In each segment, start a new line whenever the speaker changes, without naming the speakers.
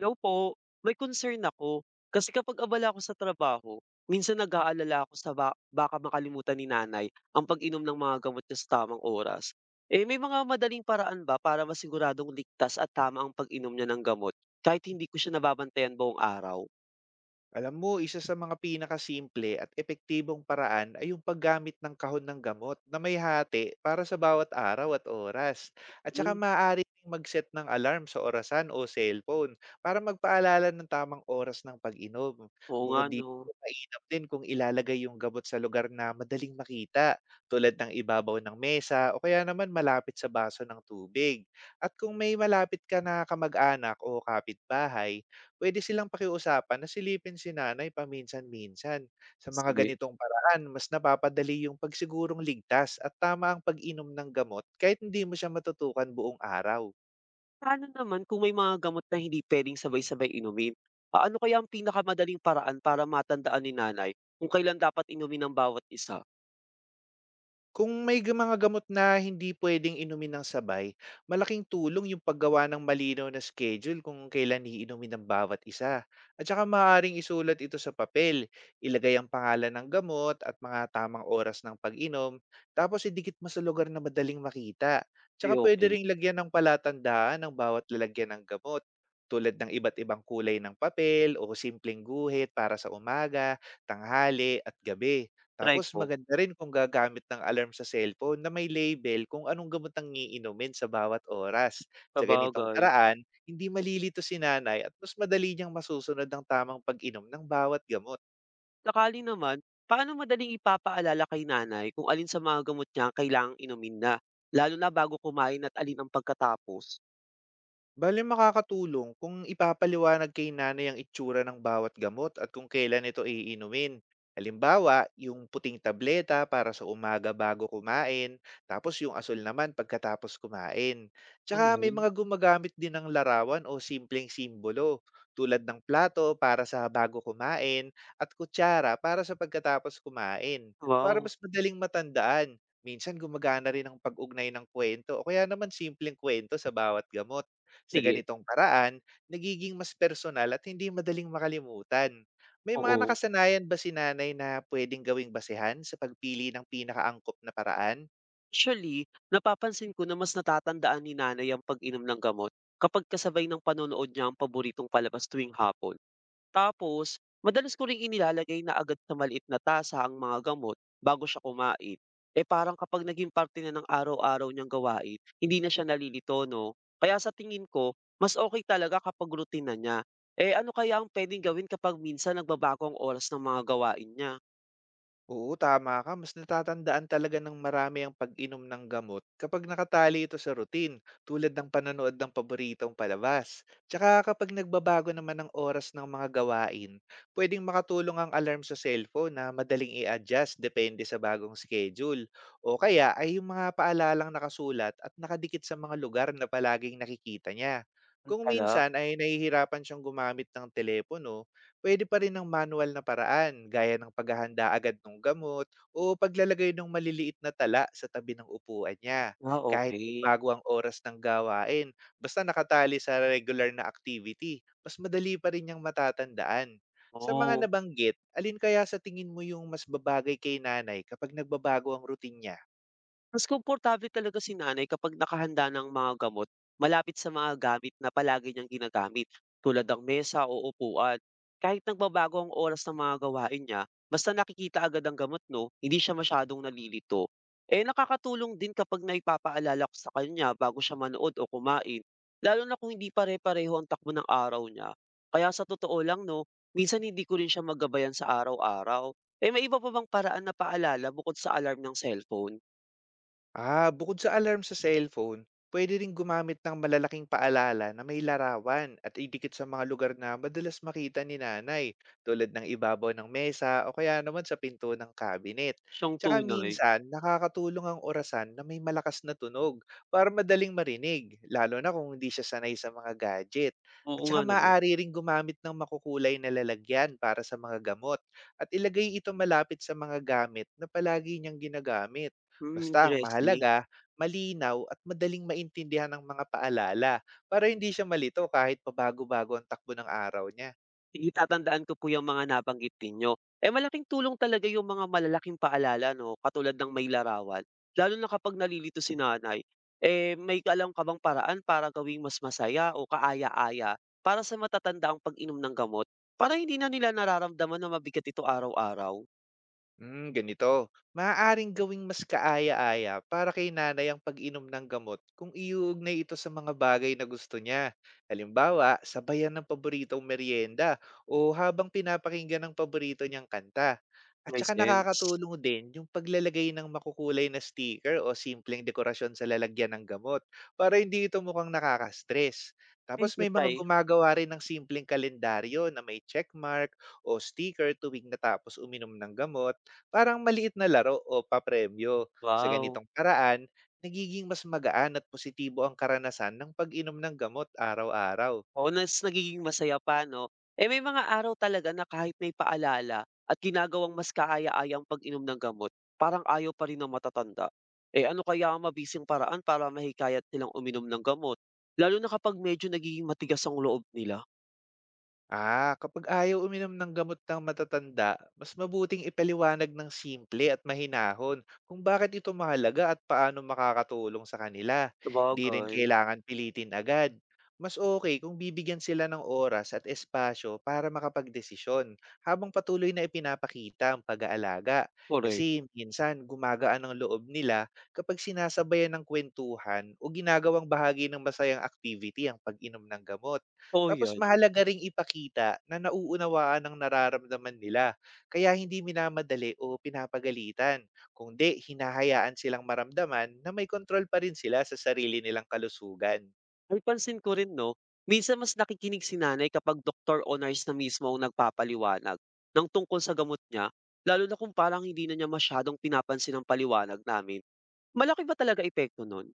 Hello po, may concern ako. Kasi kapag abala ako sa trabaho, minsan nag-aalala ako sa baka makalimutan ni nanay ang pag-inom ng mga gamot niya sa tamang oras. Eh may mga madaling paraan ba para masiguradong ligtas at tama ang pag-inom niya ng gamot kahit hindi ko siya nababantayan buong araw?
Alam mo, isa sa mga pinakasimple at epektibong paraan ay yung paggamit ng kahon ng gamot na may hati para sa bawat araw at oras. At saka
Hmm,
maaari ding mag-set ng alarm sa orasan o cellphone para magpaalala ng tamang oras ng pag-inom.
oo nga
Bukod
no.
dito, mainam din kung ilalagay yung gamot sa lugar na madaling makita, tulad ng ibabaw ng mesa o kaya naman malapit sa baso ng tubig. At kung may malapit ka na kamag-anak o kapitbahay, puwede silang pakiusapan na silipin si nanay paminsan-minsan. Sa mga
Sige.
ganitong paraan, mas napapadali yung pagsigurong ligtas at tama ang pag-inom ng gamot kahit hindi mo siya matutukan buong araw.
Paano naman kung may mga gamot na hindi pwedeng sabay-sabay inumin? Ano kaya ang pinakamadaling paraan para matandaan ni nanay kung kailan dapat inumin ang bawat isa?
Kung may mga gamot na hindi puwedeng inumin nang sabay, malaking tulong yung paggawa ng malinaw na schedule kung kailan iinumin ng bawat isa. At saka maaaring isulat ito sa papel, ilagay ang pangalan ng gamot at mga tamang oras ng pag-inom, tapos idikit mo sa lugar na madaling makita.
Ay,
Tsaka puwede
okay,
ring lagyan ng palatandaan ang bawat lalagyan ng gamot, tulad ng iba't ibang kulay ng papel o simpleng guhit para sa umaga, tanghali at gabi.
try
Tapos
ko.
maganda rin kung gagamit ng alarm sa cellphone na may label kung anong gamot ang iinumin sa bawat oras. Sa ganitong
Sabagay.
paraan, hindi malilito si nanay at mas madali niyang masusunod ang tamang pag-inom ng bawat gamot.
Sakali naman, paano madaling ipapaalala kay nanay kung alin sa mga gamot niya ang kailangang inumin na, lalo na bago kumain at alin ang pagkatapos?
Bale makakatulong kung ipapaliwanag kay nanay ang itsura ng bawat gamot at kung kailan ito iinumin. Halimbawa, yung puting tableta para sa umaga bago kumain, tapos yung asul naman pagkatapos kumain. Tsaka may
Gano'n?
mga gumagamit din ng larawan o simpleng simbolo, tulad ng plato para sa bago kumain at kutsara para sa pagkatapos kumain, para
Wow,
mas madaling matandaan. Minsan gumagana rin ang pag-ugnay ng kwento o kaya naman simpleng kwento sa bawat gamot. Sa
sige,
ganitong paraan, nagiging mas personal at hindi madaling makalimutan. May mga
oo.
nakasanayan ba si nanay na pwedeng gawing basehan sa pagpili ng pinakaangkop na paraan?
Actually, napapansin ko na mas natatandaan ni nanay ang pag-inom ng gamot kapag kasabay ng panonood niya ang paboritong palabas tuwing hapon. Tapos, madalas ko ring inilalagay na agad sa maliit na tasa ang mga gamot bago siya kumain. Eh, parang kapag naging parte na ng araw-araw niyang gawain, hindi na siya nalilito, no? Kaya sa tingin ko, mas okay talaga kapag routine na niya. Eh, ano kaya ang pwedeng gawin kapag minsan nagbabago ang oras ng mga gawain niya?
Oo, tama ka. Mas natatandaan talaga ng marami ang pag-inom ng gamot kapag nakatali ito sa routine, tulad ng panonood ng paboritong palabas. Tsaka kapag nagbabago naman ang oras ng mga gawain, pwedeng makatulong ang alarm sa cellphone na madaling i-adjust depende sa bagong schedule. O kaya ay yung mga paalalang nakasulat at nakadikit sa mga lugar na palaging nakikita niya.
Ano
Kung
pala?
minsan ay nahihirapan siyang gumamit ng telepono, puwede pa rin ang manual na paraan gaya ng paghahanda agad ng gamot o paglalagay ng maliliit na tala sa tabi ng upuan niya.
Ah,
Kahit
okay.
bago ang oras ng gawain, basta nakatali sa regular na activity, mas madali pa rin niyang matatandaan. Sa mga
Oo.
nabanggit, alin kaya sa tingin mo yung mas babagay kay nanay kapag nagbabago ang routine niya?
Mas komportable talaga si nanay kapag nakahanda ng mga gamot malapit sa mga gamit na palagi niyang ginagamit, tulad ng mesa o upuan. Kahit nagbabago ang oras ng mga gawain niya, basta nakikita agad ang gamot 'no, hindi siya masyadong nalilito. Eh, nakakatulong din kapag naipapaalala ko sa kanya bago siya manood o kumain, lalo na kung hindi pare-pareho ang takbo ng araw niya. Kaya sa totoo lang 'no, minsan hindi ko rin siya magabayan sa araw-araw. Eh, may iba pa bang paraan na paalala bukod sa alarm ng cellphone?
Ah, bukod sa alarm sa cellphone, pwede ring gumamit ng malalaking paalala na may larawan at idikit sa mga lugar na madalas makita ni nanay, tulad ng ibabaw ng mesa o kaya naman sa pinto ng cabinet.
Siyang
Tsaka
tunay,
minsan, nakakatulong ang orasan na may malakas na tunog para madaling marinig, lalo na kung hindi siya sanay sa mga gadget. At
oo
saka
nga naman.
maaari ring gumamit ng makukulay na lalagyan para sa mga gamot at ilagay ito malapit sa mga gamit na palagi niyang ginagamit.
Hmm,
Basta ang
interesting.
mahalaga, malinaw at madaling maintindihan ng mga paalala para hindi siya malito kahit pabago-bago ang takbo ng araw niya.
Itatandaan ko po 'yang mga nabanggit ninyo. Eh, malaking tulong talaga 'yung mga malalaking paalala 'no, katulad ng may larawan, lalo na kapag nalilito si nanay. Eh, may alam ka bang paraan para gawing mas masaya o kaaya-aya para sa matatanda ang pag-inom ng gamot, para hindi na nila nararamdaman na mabigat ito araw-araw?
Hmm, ganito. Maaaring gawing mas kaaya-aya para kay nanay ang pag-inom ng gamot kung iuugnay ito sa mga bagay na gusto niya. Halimbawa, sabayan ng paboritong merienda o habang pinapakinggan ng paborito niyang kanta. At
May
saka
sense.
nakakatulong din yung paglalagay ng makukulay na sticker o simpleng dekorasyon sa lalagyan ng gamot para hindi ito mukhang nakaka-stress.
Eh,
Tapos
ma
may mga gumagawa rin ng simpleng kalendaryo na may checkmark o sticker tuwing natapos uminom ng gamot. Parang maliit na laro o papremyo. Sa
Wow.
ganitong paraan, nagiging mas magaan at positibo ang karanasan ng pag-inom ng gamot araw-araw.
Oo, nas nagiging masaya pa 'no. Eh, may mga araw talaga na kahit may paalala at ginagawang mas kaaya-ayang pag-inom ng gamot, parang ayaw pa rin ng matatanda. Eh, ano kaya ang mabisang paraan para mahikayat silang uminom ng gamot, lalo na kapag medyo nagiging matigas ang loob nila?
Ah, kapag ayaw uminom ng gamot ng matatanda, mas mabuting ipaliwanag ng simple at mahinahon kung bakit ito mahalaga at paano makakatulong sa kanila. Di rin
Sabagay,
kailangan pilitin agad. Mas okay kung bibigyan sila ng oras at espasyo para makapagdesisyon habang patuloy na ipinapakita ang pag-aalaga.
korek.
Kasi minsan gumagaan ang loob nila kapag sinasabayan ng kwentuhan o ginagawang bahagi ng masayang activity ang pag-inom ng gamot.
Oo,
Tapos
'yan.
mahalaga ring ipakita na nauunawaan ang nararamdaman nila, kaya hindi minamadali o pinapagalitan, kundi hinahayaan silang maramdaman na may kontrol pa rin sila sa sarili nilang kalusugan.
Napansin ko rin 'no, minsan mas nakikinig si nanay kapag doktor o nurse na mismo ang nagpapaliwanag ng tungkol sa gamot niya, lalo na kung parang hindi na niya masyadong pinapansin ang paliwanag namin. Malaki ba talaga epekto nun?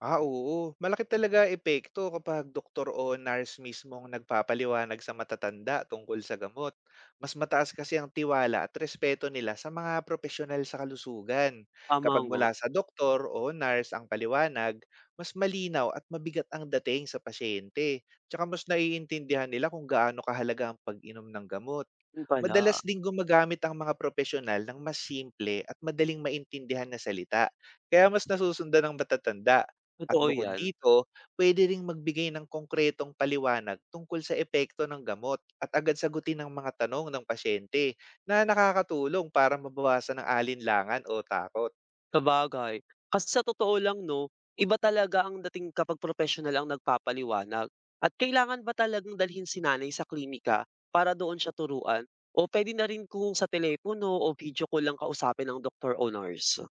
Ah, oo. Malaki talaga epekto kapag doktor o nurse mismo ang nagpapaliwanag sa matatanda tungkol sa gamot. Mas mataas kasi ang tiwala at respeto nila sa mga profesional sa kalusugan.
Tama
Kapag
nga,
mula sa doktor o nurse ang paliwanag, mas malinaw at mabigat ang dating sa pasyente. Tsaka mas naiintindihan nila kung gaano kahalaga ang pag-inom ng gamot.
yun pala,
Madalas ding gumagamit ang mga profesional ng mas simple at madaling maintindihan na salita. Kaya mas nasusundan ng matatanda, at
totoo
bukod
yan.
dito, puwede ring magbigay ng konkretong paliwanag tungkol sa epekto ng gamot at agad sagutin ang mga tanong ng pasyente na nakakatulong para mabawasan ang alinlangan o takot.
Sabagay, kasi sa totoo lang 'no, iba talaga ang dating kapag propesyonal ang nagpapaliwanag. At kailangan ba talagang dalhin si nanay sa klinika para doon siya turuan, o puwede na rin kung sa telepono o video call lang kausapin ang doktor o nurse?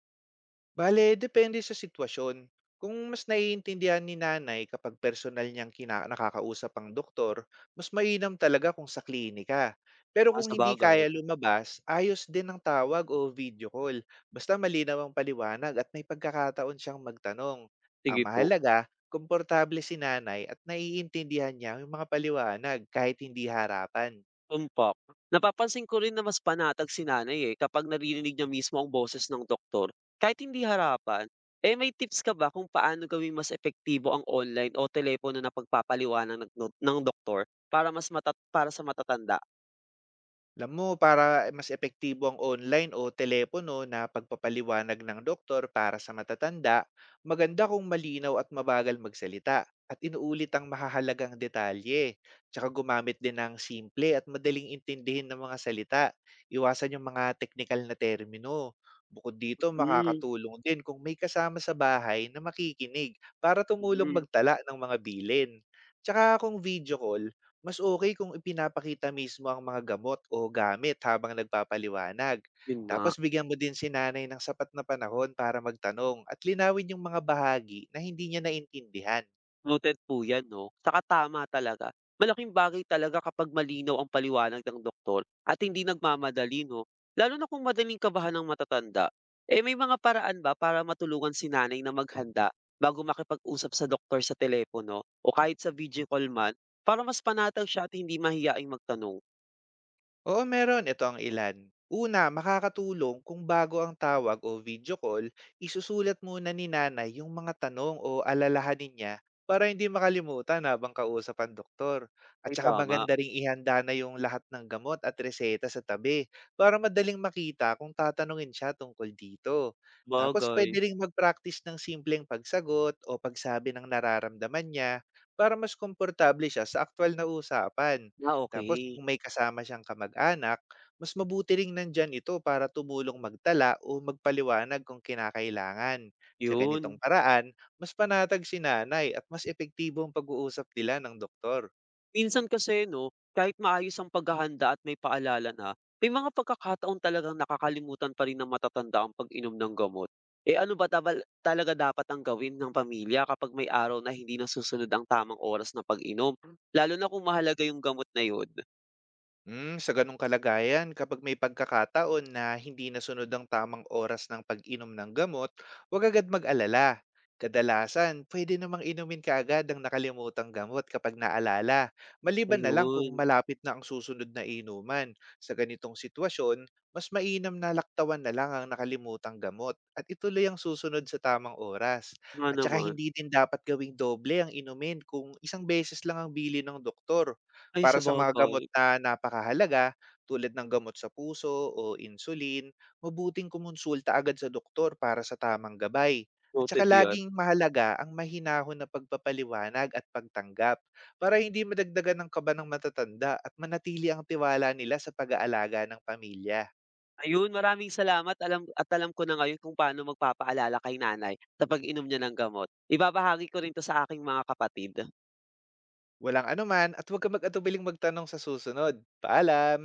Bale, depende sa sitwasyon. Kung mas naiintindihan ni nanay kapag personal niyang nakakausap ang doktor, mas mainam talaga kung sa klinika. Pero
Ah,
kung hindi
sabagay,
kaya lumabas, ayos din ang tawag o video call. Basta malinaw ang paliwanag at may pagkakataon siyang magtanong. Ang
sige po.
mahalaga, komportable si nanay at naiintindihan niya yung mga paliwanag kahit hindi harapan.
Tumpak. Napapansin ko rin na mas panatag si nanay, eh, kapag naririnig niya mismo ang boses ng doktor, kahit hindi harapan. Eh, may tips ka ba kung paano gawing mas epektibo ang online o telepono na pagpapaliwanag ng, doktor para mas mata para sa matatanda?
Alam mo, para mas epektibo ang online o telepono na pagpapaliwanag ng doktor para sa matatanda, maganda kung malinaw at mabagal magsalita at inuulit ang mahahalagang detalye. Tsaka gumamit din ng simple at madaling intindihin ng mga salita. Iwasan yung mga technical na termino. Bukod dito,
Hmm,
makakatulong din kung may kasama sa bahay na makikinig para tumulong
hmm,
magtala ng mga bilin. Tsaka kung video call, mas okay kung ipinapakita mismo ang mga gamot o gamit habang nagpapaliwanag.
yun nga.
Tapos bigyan mo din si nanay ng sapat na panahon para magtanong at linawin yung mga bahagi na hindi niya naintindihan.
Noted po 'yan 'no, tsaka tama talaga. Malaking bagay talaga kapag malinaw ang paliwanag ng doktor at hindi nagmamadali 'no, lalo na kung madaling kabahan ng matatanda. Eh, may mga paraan ba para matulungan si nanay na maghanda bago makipag-usap sa doktor sa telepono o kahit sa video call man, para mas panatag siya at hindi mahiyaing magtanong?
Oo, meron. Ito ang ilan. Una, makakatulong kung bago ang tawag o video call, isusulat muna ni nanay yung mga tanong o alalahanin niya para hindi makalimutan habang kausap ang doktor. At
Ay
saka
tama,
maganda ring ihanda na yung lahat ng gamot at reseta sa tabi para madaling makita kung tatanungin siya tungkol dito. Tapos
sabagay.
pwede ring mag-practice ng simpleng pagsagot o pagsabi ng nararamdaman niya para mas komportable siya sa aktwal na usapan.
Ah,
Tapos
okey,
kung may kasama siyang kamag-anak, mas mabuti ring nandyan ito para tumulong magtala o magpaliwanag kung kinakailangan. Sa ganitong
'yun.
paraan, mas panatag si nanay at mas epektibo ang pag-uusap nila ng doktor.
Minsan kasi 'no, kahit maayos ang paghahanda at may paalala na, may mga pagkakataon talagang nakakalimutan pa rin ng matatanda ang pag-inom ng gamot. Eh, ano ba tabal talaga dapat ang gawin ng pamilya kapag may araw na hindi nasusunod ang tamang oras na pag-inom, lalo na kung mahalaga yung gamot na yun?
Mm, sa ganong kalagayan, kapag may pagkakataon na hindi nasunod ang tamang oras ng pag-inom ng gamot, huwag agad mag-alala. Kadalasan, pwede namang inumin kaagad ang nakalimutang gamot kapag naalala, maliban na lang kung
Ayun,
malapit na ang susunod na inuman. Sa ganitong sitwasyon, mas mainam na laktawan na lang ang nakalimutang gamot at ituloy ang susunod sa tamang oras.
nga
At saka
naman.
hindi din dapat gawing doble ang inumin kung isang beses lang ang bili ng doktor
Ay
para sa mga
sabagay,
gamot na napakahalaga, tulad ng gamot sa puso o insulin. Mabuting kumonsulta agad sa doktor para sa tamang gabay. At saka
noted yan.
laging mahalaga ang mahinahon na pagpapaliwanag at pagtanggap para hindi madagdagan ng kaba ng matatanda at manatili ang tiwala nila sa pag-aalaga ng pamilya.
Ayun, maraming salamat, alam at alam ko na ngayon kung paano magpapaalala kay nanay sa pag-inom niya ng gamot. Ibabahagi ko rin 'to sa aking mga kapatid.
Walang anuman at huwag ka mag-atubiling magtanong sa susunod. Paalam!